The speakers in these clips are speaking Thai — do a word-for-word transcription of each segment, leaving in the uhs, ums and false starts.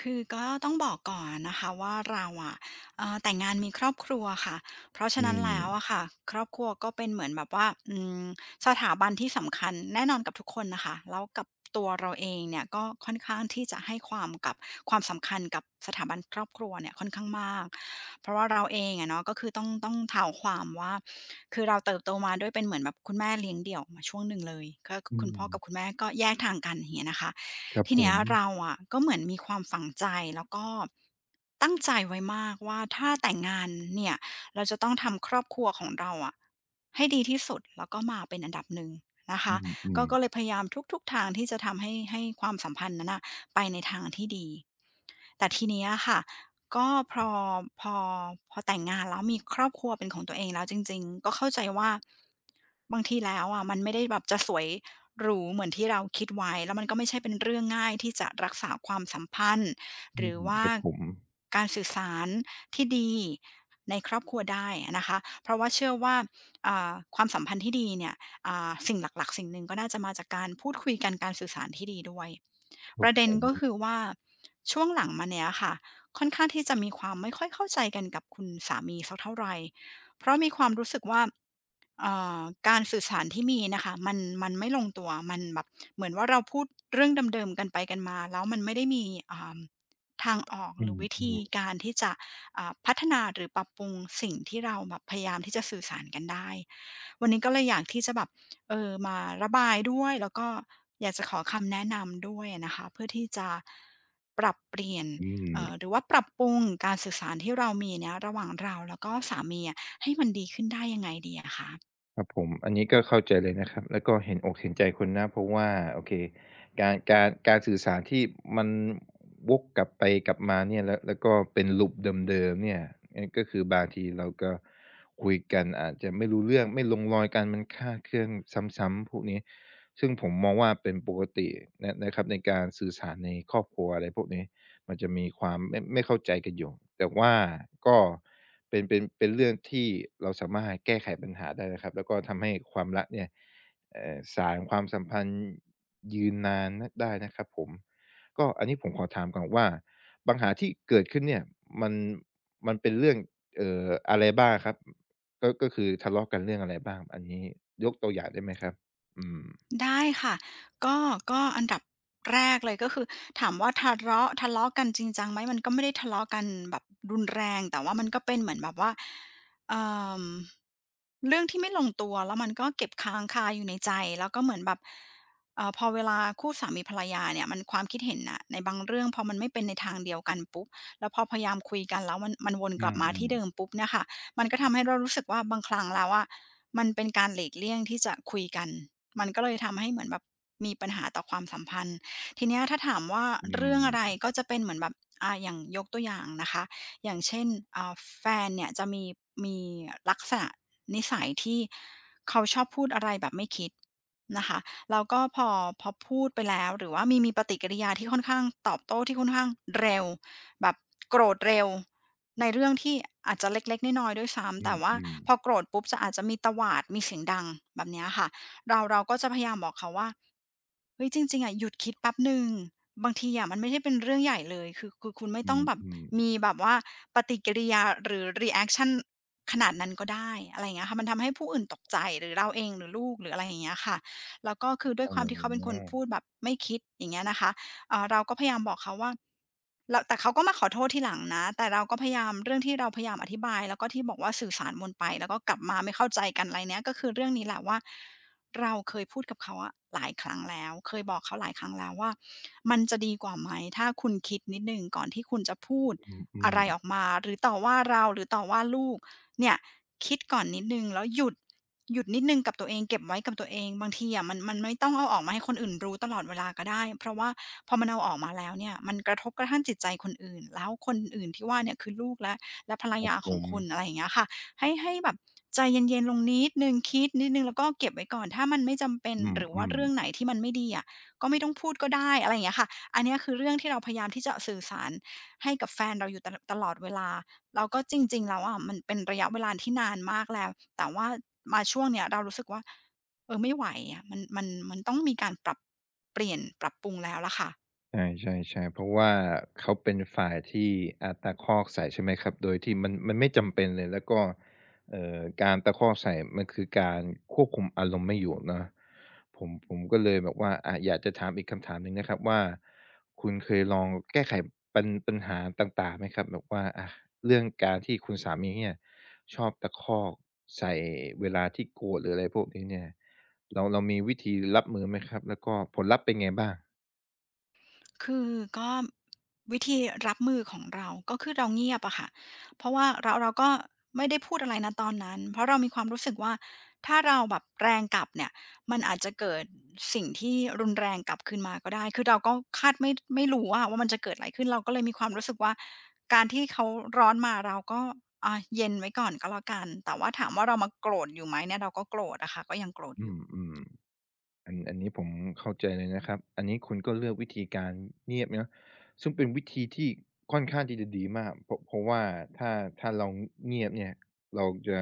คือก็ต้องบอกก่อนนะคะว่าเราอะเอ่อแต่งงานมีครอบครัวค่ะเพราะฉะอืนั้นมแล้วอะค่ะครอบครัวก็เป็นเหมือนแบบว่าอืมสถาบันที่สำคัญแน่นอนกับทุกคนนะคะแล้วกับตัวเราเองเนี่ยก็ค่อนข้างที่จะให้ความกับความสำคัญกับสถาบันครอบครัวเนี่ยค่อนข้างมากเพราะว่าเราเองอะเนาะก็คือต้องต้องเท้าความว่าคือเราเติบโตมาด้วยเป็นเหมือนแบบคุณแม่เลี้ยงเดี่ยวมาช่วงหนึ่งเลยก็อืคุณมพ่อกับคุณแม่ก็แยกทางกันอย่างเงี้ยนะคะ ครับทีผเนี้มยเราอะก็เหมือนมีความฝังใจแล้วก็ตั้งใจไว้มากว่าถ้าแต่งงานเนี่ยเราจะต้องทำครอบครัวของเราอะให้ดีที่สุดแล้วก็มาเป็นอันดับหนึ่งนะอืคะมอืก็มก็เลยพยายามทุกๆทางที่จะทำให้ให้ความสัมพันธ์นั้นน่ะไปในทางที่ดีแต่ทีเนี้ยค่ะก็พอพอพอแต่งงานแล้วมีครอบครัวเป็นของตัวเองแล้วจริงๆก็เข้าใจว่าบางทีแล้วอะมันไม่ได้แบบจะสวย หรูเหมือนที่เราคิดไว้แล้วมันก็ไม่ใช่เป็นเรื่องง่ายที่จะรักษาความสัมพันธ์หอืรือมว่าครับผมการสื่อสารที่ดีในครอบครัวได้อะนะคะเพราะว่าเชื่อว่าอ่าความสัมพันธ์ที่ดีเนี่ยอ่าสิ่งหลักๆสิ่งหนึ่งก็น่าจะมาจากการพูดคุยกันการสื่อสารที่ดีด้วยคปรับระเด็ผนมก็คือว่าช่วงหลังมาเนี้ยค่ะค่อนข้างที่จะมีความไม่ค่อยเข้าใจกันกับคุณสามีสักเท่าไรเพราะมีความรู้สึกว่า เอ่อการสื่อสารที่มีนะคะมันมันไม่ลงตัวมันแบบเหมือนว่าเราพูดเรื่องเดิมๆกันไปกันมาแล้วมันไม่ได้มีอ่าทางออกอืหรืมอวิอืธีมการที่จะอ่าพัฒนาหรือปรับปรุงสิ่งที่เราแบบพยายามที่จะสื่อสารกันได้วันนี้ก็เลยอยากที่จะแบบเอ่อมาระบายด้วยแล้วก็อยากจะขอคำแนะนำด้วยนะคะเพื่อที่จะปรับเปลี่ยนอืมเอ่อหรือว่าปรับปรุงการสื่อสารที่เรามีเนี่ยระหว่างเราแล้วก็สามีอะให้มันดีขึ้นได้ยังไงดีอะคะ ครับผมอันนี้ก็เข้าใจเลยนะครับแล้วก็เห็นอกเห็นใจคุณนะเพราะว่าโอเคการการการสื่อสารที่มันวกกลับไปกลับมาเนี่ยแล้วแล้วก็เป็น loop เดิมๆเนี่ยงั้นก็คือบางทีเราก็คุยกันอาจจะไม่รู้เรื่องไม่ลงรอยกันมันคลาดเคลื่อนซ้ำๆพวกนี้ซึ่งผมมองว่าเป็นปกตินะนะครับในการสื่อสารในครอบครัวอะไรพวกนี้ มันจะมีความไม่ไม่เข้าใจกันอยู่แต่ว่าก็เป็นเป็นเป็นเรื่องที่เราสามารถแก้ไขปัญหาได้นะครับแล้วก็ทำให้ความรักเนี่ยเอ่อสารความสัมพันธ์ยืนนานได้นะครับผมก็อันนี้ผมขอถามก่อนว่าปัญหาที่เกิดขึ้นเนี่ยมันมันเป็นเรื่องเอ่ออะไรบ้างครับก็ก็คือทะเลาะกันเรื่องอะไรบ้างอันนี้ยกตัวอย่างได้ไหมครับอืมได้ค่ะก็ก็อันดับแรกเลยก็คือถามว่าทะเลาะทะเลาะกันจริงจังไหมมันก็ไม่ได้ทะเลาะกันแบบรุนแรงแต่ว่ามันก็เป็นเหมือนแบบว่าเอ่อเรื่องที่ไม่ลงตัวแล้วมันก็เก็บค้างคาอยู่ในใจแล้วก็เหมือนแบบเอ่อพอเวลาคู่สามีภรรยาเนี่ยมันความคิดเห็นน่ะในบางเรื่องพอมันไม่เป็นในทางเดียวกันปุ๊บแล้วพอพยายามคุยกันแล้วมันมันวนอืกลับมมาที่เดิมปุ๊บเนี่ยค่ะมันก็ทำให้เรารู้สึกว่าบางครั้งแล้วอะ มันเป็นการหลีกเลี่ยงที่จะคุยกัน มันก็เลยทำให้เหมือนแบบมีปัญหาต่อความสัมพันธ์ทีเนี้ยถ้าถามว่าๆอืเรื่องอะไรมก็จะเป็นเหมือนแบบอ่าอย่างยกตัวอย่างนะคะอย่างเช่นอ่าแฟนเนี่ยจะมีมีลักษณะนิสัยที่เขาชอบพูดอะไรแบบไม่คิดนะคะแล้วก็พอพอพูดไปแล้วหรือว่ามีมีปฏิกิริยาที่ค่อนข้างตอบโต้ที่ค่อนข้างเร็วแบบโกรธเร็ว ในเรื่องที่อาจจะเล็กๆน้อยๆด้วยซ้ำอืแต่ว่ามพอโกรธปุ๊บจะอาจจะมีตวาดมีเสียงดังแบบเนี้ยค่ะเราเราก็จะพยายามบอกเขาว่าเฮ้ยจริงๆอะหยุดคิดแป๊บหนึ่งบางทีอะมันไม่ได้เป็นเรื่องใหญ่เลยคือคือคุณไม่ๆอต้องแบบืมมีแบบว่าปฏิกิริยาหรือรีแอกชันขนาดนั้นก็ได้อะไรอย่างเงี้ยค่ะมันทำให้ผู้อื่นตกใจหรือเราเองหรือลูกหรืออะไรอย่างเงี้ยค่ะแล้วก็คือด้ๆวยอ๋อ ความที่เขาเป็นคนพูดแบบไม่คิดอย่างเงี้ยนะคะ เอ่อเราก็พยายามบอกเขาว่าแล้วแต่เขาก็มาขอโทษทีหลังนะแต่เราก็พยายามเรื่องที่เราพยายามอธิบายแล้วก็ที่บอกว่าสื่อสารวนไปแล้วก็กลับมาไม่เข้าใจกันอะไรเนี้ยก็คือเรื่องนี้แหละว่าเราเคยพูดกับเขาอะหลายครั้งแล้วเคยบอกเขาหลายครั้งแล้วว่ามันจะดีกว่าไหมถ้าคุณคิดนิดหนึ่งก่อนที่คุณจะพูดอือะมไรออกมาหรือต่อว่าเราหรือต่อว่าลูกเนี่ยคิดก่อนนิดหนึ่งแล้วหยุด หยุดนิดหนึ่งกับตัวเองเก็บไว้กับตัวเองบางทีอะมันมันไม่ต้องเอาออกมาให้คนอื่นรู้ตลอดเวลาก็ได้เพราะว่าพอมันเอาออกมาแล้วเนี่ยมันกระทบกระทั่งจิตใจคนอื่นแล้วคนอื่นที่ว่าเนี่ยคือลูกและและภรรๆครับยาผของมคุณอะไรอย่างเงี้ยค่ะให้ให้แบบใจเย็นๆลงนิดหนึ่งคิดนิดหนึ่งแล้วก็เก็บไว้ก่อนถ้ามันไม่จำเป็นอืมหรืออืว่าม เรื่องไหนที่มันไม่ดีอะก็ไม่ต้องพูดก็ได้อะไรอย่างเงี้ยค่ะอันเนี้ยคือเรื่องที่เราพยายามที่จะสื่อสารให้กับแฟนเราอยู่ตะตลอดเวลา แล้วก็จริงๆแล้วอะมันเป็นระยะเวลาที่นานมากแล้วแต่ว่ามาช่วงเนี้ยเรารู้สึกว่าเออไม่ไหวอะมันมันมันต้องมีการปรับเปลี่ยนปรับปรุงแล้วล่ะค่ะ ใช่ๆๆเพราะว่าเขาเป็นฝ่ายที่อาจตะคอกใส่ใช่ไหมครับโดยที่มันมันไม่จำเป็นเลยแล้วก็เอ่อการตะคอกใส่มันคือการควบคุมอารมณ์ไม่อยู่เนาะผมผมก็เลยแบบว่าอาอยากจะถามอีกคำถามหนึ่งนะครับว่าคุณเคยลองแก้ไขปัญปัญหาต่างๆไหมครับแบบว่าอาเรื่องการที่คุณสามีเนี่ยชอบตะคอกใส่เวลาที่โกรธหรืออะไรพวกนี้เนี่ยเราเรามีวิธีรับมือไหมครับแล้วก็ผลลัพธ์เป็นไงบ้างคือก็วิธีรับมือของเราก็คือเราเงียบอะค่ะเพราะว่าเราเราก็ไม่ได้พูดอะไรณตอนนั้นเพราะเรามีความรู้สึกว่าถ้าเราแบบแรงกลับเนี่ยมันอาจจะเกิดสิ่งที่รุนแรงกลับคืนมาก็ได้คือเราก็คาดไม่ไม่รู้อะว่ามันจะเกิดอะไรขึ้นเราก็เลยมีความรู้สึกว่าการที่เขาร้อนมาเราก็อาเย็นไว้ก่อนก็แล้วกันแต่ว่าถามว่าเรามาโกรธอยู่ไหมเนี่ยเราก็โกรธอะค่ะก็ยังโกรธอยู่อืมๆ อันอันนี้ผมเข้าใจเลยนะครับอันนี้คุณก็เลือกวิธีการเงียบเนาะซึ่งเป็นวิธีที่ค่อนข้างที่จะดีมากเพราะเพราะว่าถ้าถ้าเราเงียบเนี่ยเราจะ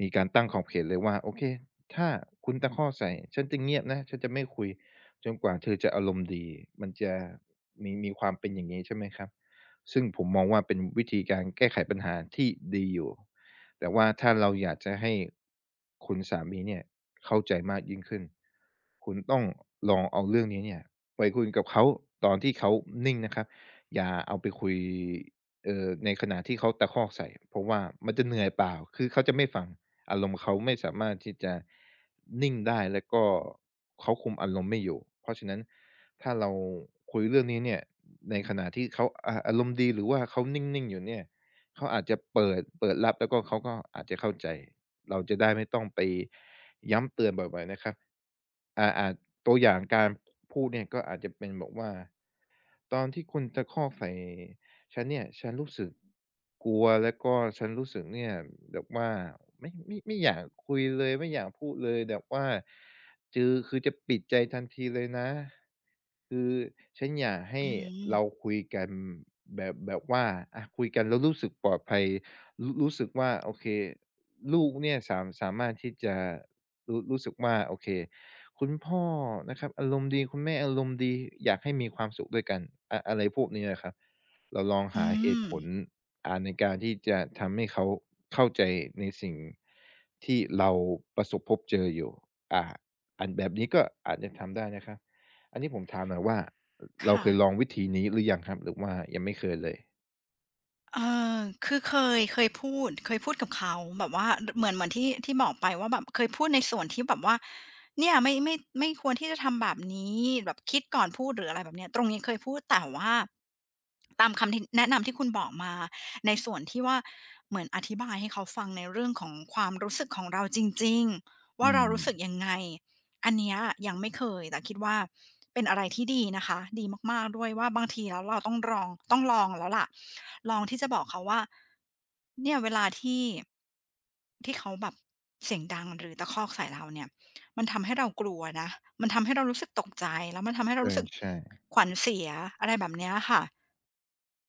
มีการตั้งขอบเขตเลยว่าโอเคถ้าคุณตะคอกใส่ฉันจะเงียบนะฉันจะไม่คุยจนกว่าเธอจะอารมณ์ดีมันจะมีมีความเป็นอย่างงี้ใช่ไหมครับซึ่งผมมองว่าเป็นวิธีการแก้ไขปัญหาที่ดีอยู่ แต่ว่าถ้าเราอยากจะให้คุณสามีเนี่ยเข้าใจมากยิ่งขึ้นคุณต้องลองเอาเรื่องนี้เนี่ยไปคุยกับเขาตอนที่เขานิ่งนะครับอย่าเอาไปคุยเอ่อในขณะที่เขาตะคอกใส่เพราะว่ามันจะเหนื่อยเปล่าคือเขาจะไม่ฟังอารมณ์เขาไม่สามารถที่จะนิ่งได้แล้วก็เขาคุมอารมณ์ไม่อยู่เพราะฉะนั้นถ้าเราคุยเรื่องนี้เนี่ยในขณะที่เขาอ่าอารมณ์ดีหรือว่าเขานิ่งๆอยู่เนี่ย เขาอาจจะเปิดเปิดรับแล้วก็เขาก็อาจจะเข้าใจเราจะได้ไม่ต้องไปย้ำเตือนบ่อยๆนะครับอ่าอาจตัวอย่างการพูดเนี่ยก็อาจจะเป็นบอกว่าตอนที่คุณตะคอกใส่ฉันเนี่ยฉันรู้สึกกลัวแล้วก็ฉันรู้สึกเนี่ยแบบว่าไม่ไม่ไม่อยากคุยเลยไม่อยากพูดเลยแบบว่าจือคือจะปิดใจทันทีเลยนะ คือฉันอยากให้อืมเราคุยกันแบบแบบว่าอะคุยกันแล้วรู้สึกปลอดภัยรู้รู้สึกว่าโอเคลูกเนี่ยสามสามารถที่จะรู้รู้สึกว่าโอเคคุณพ่อนะครับอารมณ์ดีคุณแม่อารมณ์ดีอยากให้มีความสุขด้วยกันอะอะไรพวกนี้อะครับเราลองอืหาเหตุมผลอ่าในการที่จะทำให้เขาเข้าใจในสิ่งที่เราประสบพบเจออยู่อ่าอันแบบนี้ก็อาจจะทำได้นะครับ อันนี้ผมถามหน่อยว่าเราค่ะ เคยลองวิธีนี้หรือยังครับหรือว่ายังไม่เคยเลยเออคือเคยเคยพูดเคยพูดกับเขาแบบว่าดเหมือนเหมือนที่ที่บอกไปว่าแบบเคยพูดในส่วนที่แบบว่าเนี่ยไม่ไม่ไม่ควรที่จะทำแบบนี้แบบคิดก่อนพูดหรืออะไรแบบเนี้ยตรงนี้เคยพูดแต่ว่าตามคำที่แนะนำที่คุณบอกมาในส่วนที่ว่าเหมือนอธิบายให้เขาฟังในเรื่องของความรู้สึกของเราจริงๆว่าอืเรารู้สึกมยังไง อันเนี้ยยังไม่เคยแต่คิดว่าเป็นอะไรที่ดีนะคะดีมากๆด้วยว่าบางทีแล้วเราต้องลองต้องลองแล้วล่ะลองที่จะบอกเขาว่าเนี่ยเวลาที่ที่เขาแบบเสียงดังหรือตะคอกใส่เราเนี่ยมันทำให้เรากลัวนะมันทำให้เรารู้สึกตกใจแล้วมันทำให้เราใช่รู้สึกใช่ขวัญเสียอะไรแบบเนี้ยค่ะ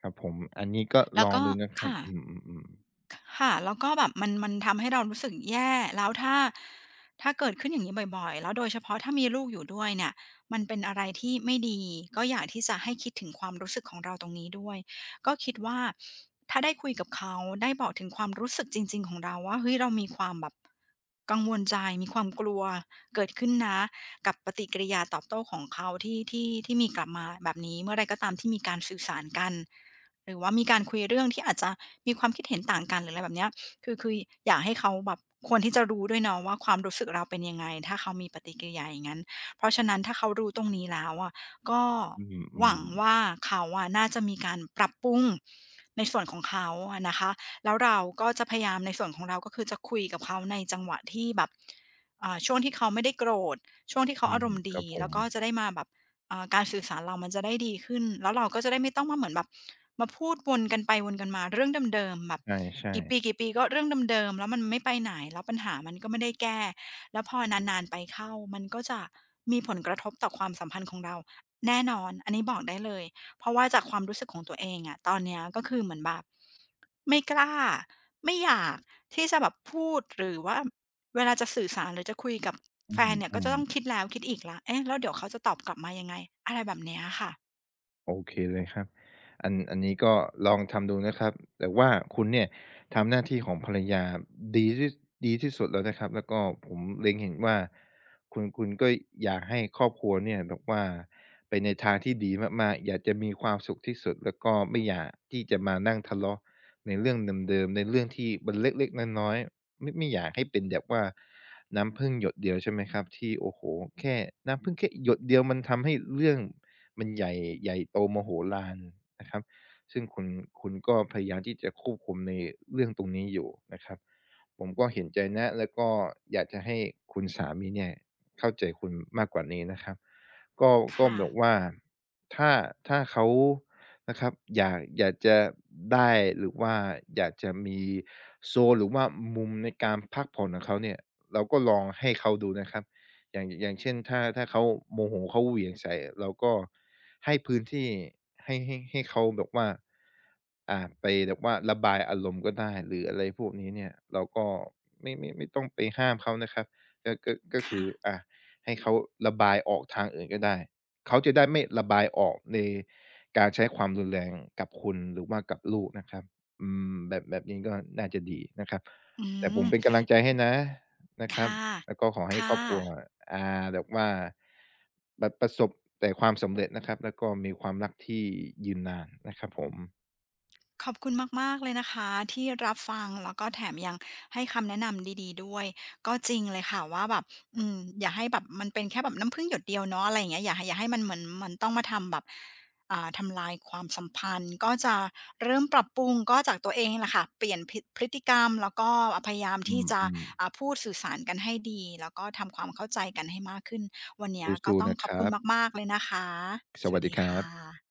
ครับผมอันนี้ก็แล้ลวองก็ดูนะครับค่ะ อืมๆๆค่ะแล้วก็แบบมันมันทำให้เรารู้สึกแย่แล้วถ้าถ้าเกิดขึ้นอย่างนี้บ่อยๆแล้วโดยเฉพาะถ้ามีลูกอยู่ด้วยเนี่ยมันเป็นอะไรที่ไม่ดีก็อยากที่จะให้คิดถึงความรู้สึกของเราตรงนี้ด้วยก็คิดว่าถ้าได้คุยกับเขาได้บอกถึงความรู้สึกจริงๆของเราว่าเฮ้ยเรามีความแบบกังวลใจมีความกลัวเกิดขึ้นนะกับปฏิกิริยาตอบโต้ของเขาที่ที่ที่มีกลับมาแบบนี้เมื่อไรก็ตามที่มีการสื่อสารกัน หรือว่ามีการคุยเรื่องที่อาจจะมีความคิดเห็นต่างกันหรืออะไรแบบเนี้ยคือคืออยากให้เขาแบบควรที่จะรู้ด้วยเนาะว่าความรู้สึกเราเป็นยังไงถ้าเขามีปฏิกิริยาอย่างงั้นเพราะฉะนั้นถ้าเขารู้ตรงนี้แล้วอะก็อืหวัมงว่าๆเขาอะน่าจะมีการปรับปรุงในส่วนของเขาอะนะคะแล้วเราก็จะพยายามในส่วนของเราก็คือจะคุยกับเขาในจังหวะที่แบบอ่าช่วงที่เขาไม่ได้โกรธช่วงที่เขาอือามรมณ์คดีรับผแล้วมก็จะได้มาแบบ เอ่อการสื่อสารเรามันจะได้ดีขึ้นแล้วเราก็จะได้ไม่ต้องมาเหมือนแบบมาพูดวนกันไปวนกันมาเรื่องเดิมๆแบบใช่กี่ปีๆก็เรื่องเดิมๆแล้วมันไม่ไปไหนแล้วปัญหามันก็ไม่ได้แก้แล้วพอนานๆไปเข้ามันก็จะมีผลกระทบต่อความสัมพันธ์ของเราแน่นอนอันนี้บอกได้เลยเพราะว่าจากความรู้สึกของตัวเองอะตอนเนี้ยก็คือเหมือนแบบไม่กล้าไม่อยากที่จะแบบพูดหรือว่า เวลาจะสื่อสารหรือจะคุยกับๆอืแฟนเนี่ยก็จะมต้องๆ คิดแล้วคิดอีกแล้วเอ๊ะแล้วเดี๋ยวเขาจะตอบกลับมายังไงอะไรแบบเนี้ยค่ะ โอเคเลยครับอันอันนี้ก็ลองทำดูนะครับแต่ว่าคุณเนี่ยทำหน้าที่ของภรรยาดีที่ดีที่สุดแล้วนะครับแล้วก็ผมเล็งเห็นว่าคุณคุณก็อยากให้ครอบครัวเนี่ยแบบว่าไปในทางที่ดีมากๆอยากจะมีความสุขที่สุดแล้วก็ไม่อยากที่จะมานั่งทะเลาะในเรื่องเดิมๆในเรื่องที่มันเล็กๆน้อยๆไม่ไม่อยากให้เป็นแบบว่าน้ำพึ่งหยดเดียวใช่ไหมครับที่โอ้โหแค่น้ำพึ่งแค่หยดเดียวมันทำให้เรื่อง มันใหญ่ใหญ่โตมโหฬารนะครับซึ่งคุณคุณก็พยายามที่จะควบคุมในเรื่องตรงนี้อยู่นะครับผมก็เห็นใจนะแล้วก็อยากจะให้คุณสามีเนี่ยเข้าใจคุณมากกว่านี้นะครับก็ก็ค่ะแบบว่าถ้าถ้าเขานะครับอยากอยากจะได้หรือว่าอยากจะมีโซนหรือว่ามุมในการพักผ่อนของเขาเนี่ยเราก็ลองให้เขาดูนะครับ อย่างอย่างเช่นถ้าถ้าเขาโมโหเขาเหวี่ยงใส่เราก็ให้พื้นที่ให้ให้ให้เขาแบบว่าอ่าไปแบบว่าระบายอารมณ์ก็ได้หรืออะไรพวกนี้เนี่ยเราก็ไม่ไม่ไม่ต้องไปห้ามเขานะครับก็ก็ก็คืค่ะออ่าให้เขาระบายออกทางอื่นก็ได้เขาจะได้ไม่ระบายออกในการใช้ความรุนแรงกับคุณหรือว่ากับลูกนะครับอืมแบบแบบนี้ก็น่าจะดีนะครับอืแต่ผมม เป็นกำลังใจให้นะนะครับ ค่ะแล้วก็ขอให้คค่ะ รอบครัวอ่าแบบว่าแบบประสบแต่ความสำเร็จนะครับแล้วก็มีความรักที่ยืนนานนะครับผมขอบคุณมากๆเลยนะคะที่รับฟังแล้วก็แถมยังให้คำแนะนำดีๆด้วยก็จริงเลยค่ะว่าแบบอืมอย่าให้แบบมันเป็นแค่แบบน้ำผึ้งหยดเดียวเนาะอะไรอย่างเงี้ยอย่าอย่าให้มันเหมือนมันต้องมาทำแบบอ่าทำลายความสัมพันธ์ก็จะเริ่มปรับปรุงก็จากตัวเองแหละค่ะเปลี่ยนพิพฤติกรรมแล้วก็พยายามอที่จะืมอ่าๆพูดสื่อสารกันให้ดีแล้วก็ทำความเข้าใจกันให้มากขึ้นวันเนี้ยก็สู้ต้อๆงนะขคอบคุรัณบมากๆเลยนะคะสสวัวัสสดีดีครัค่บะ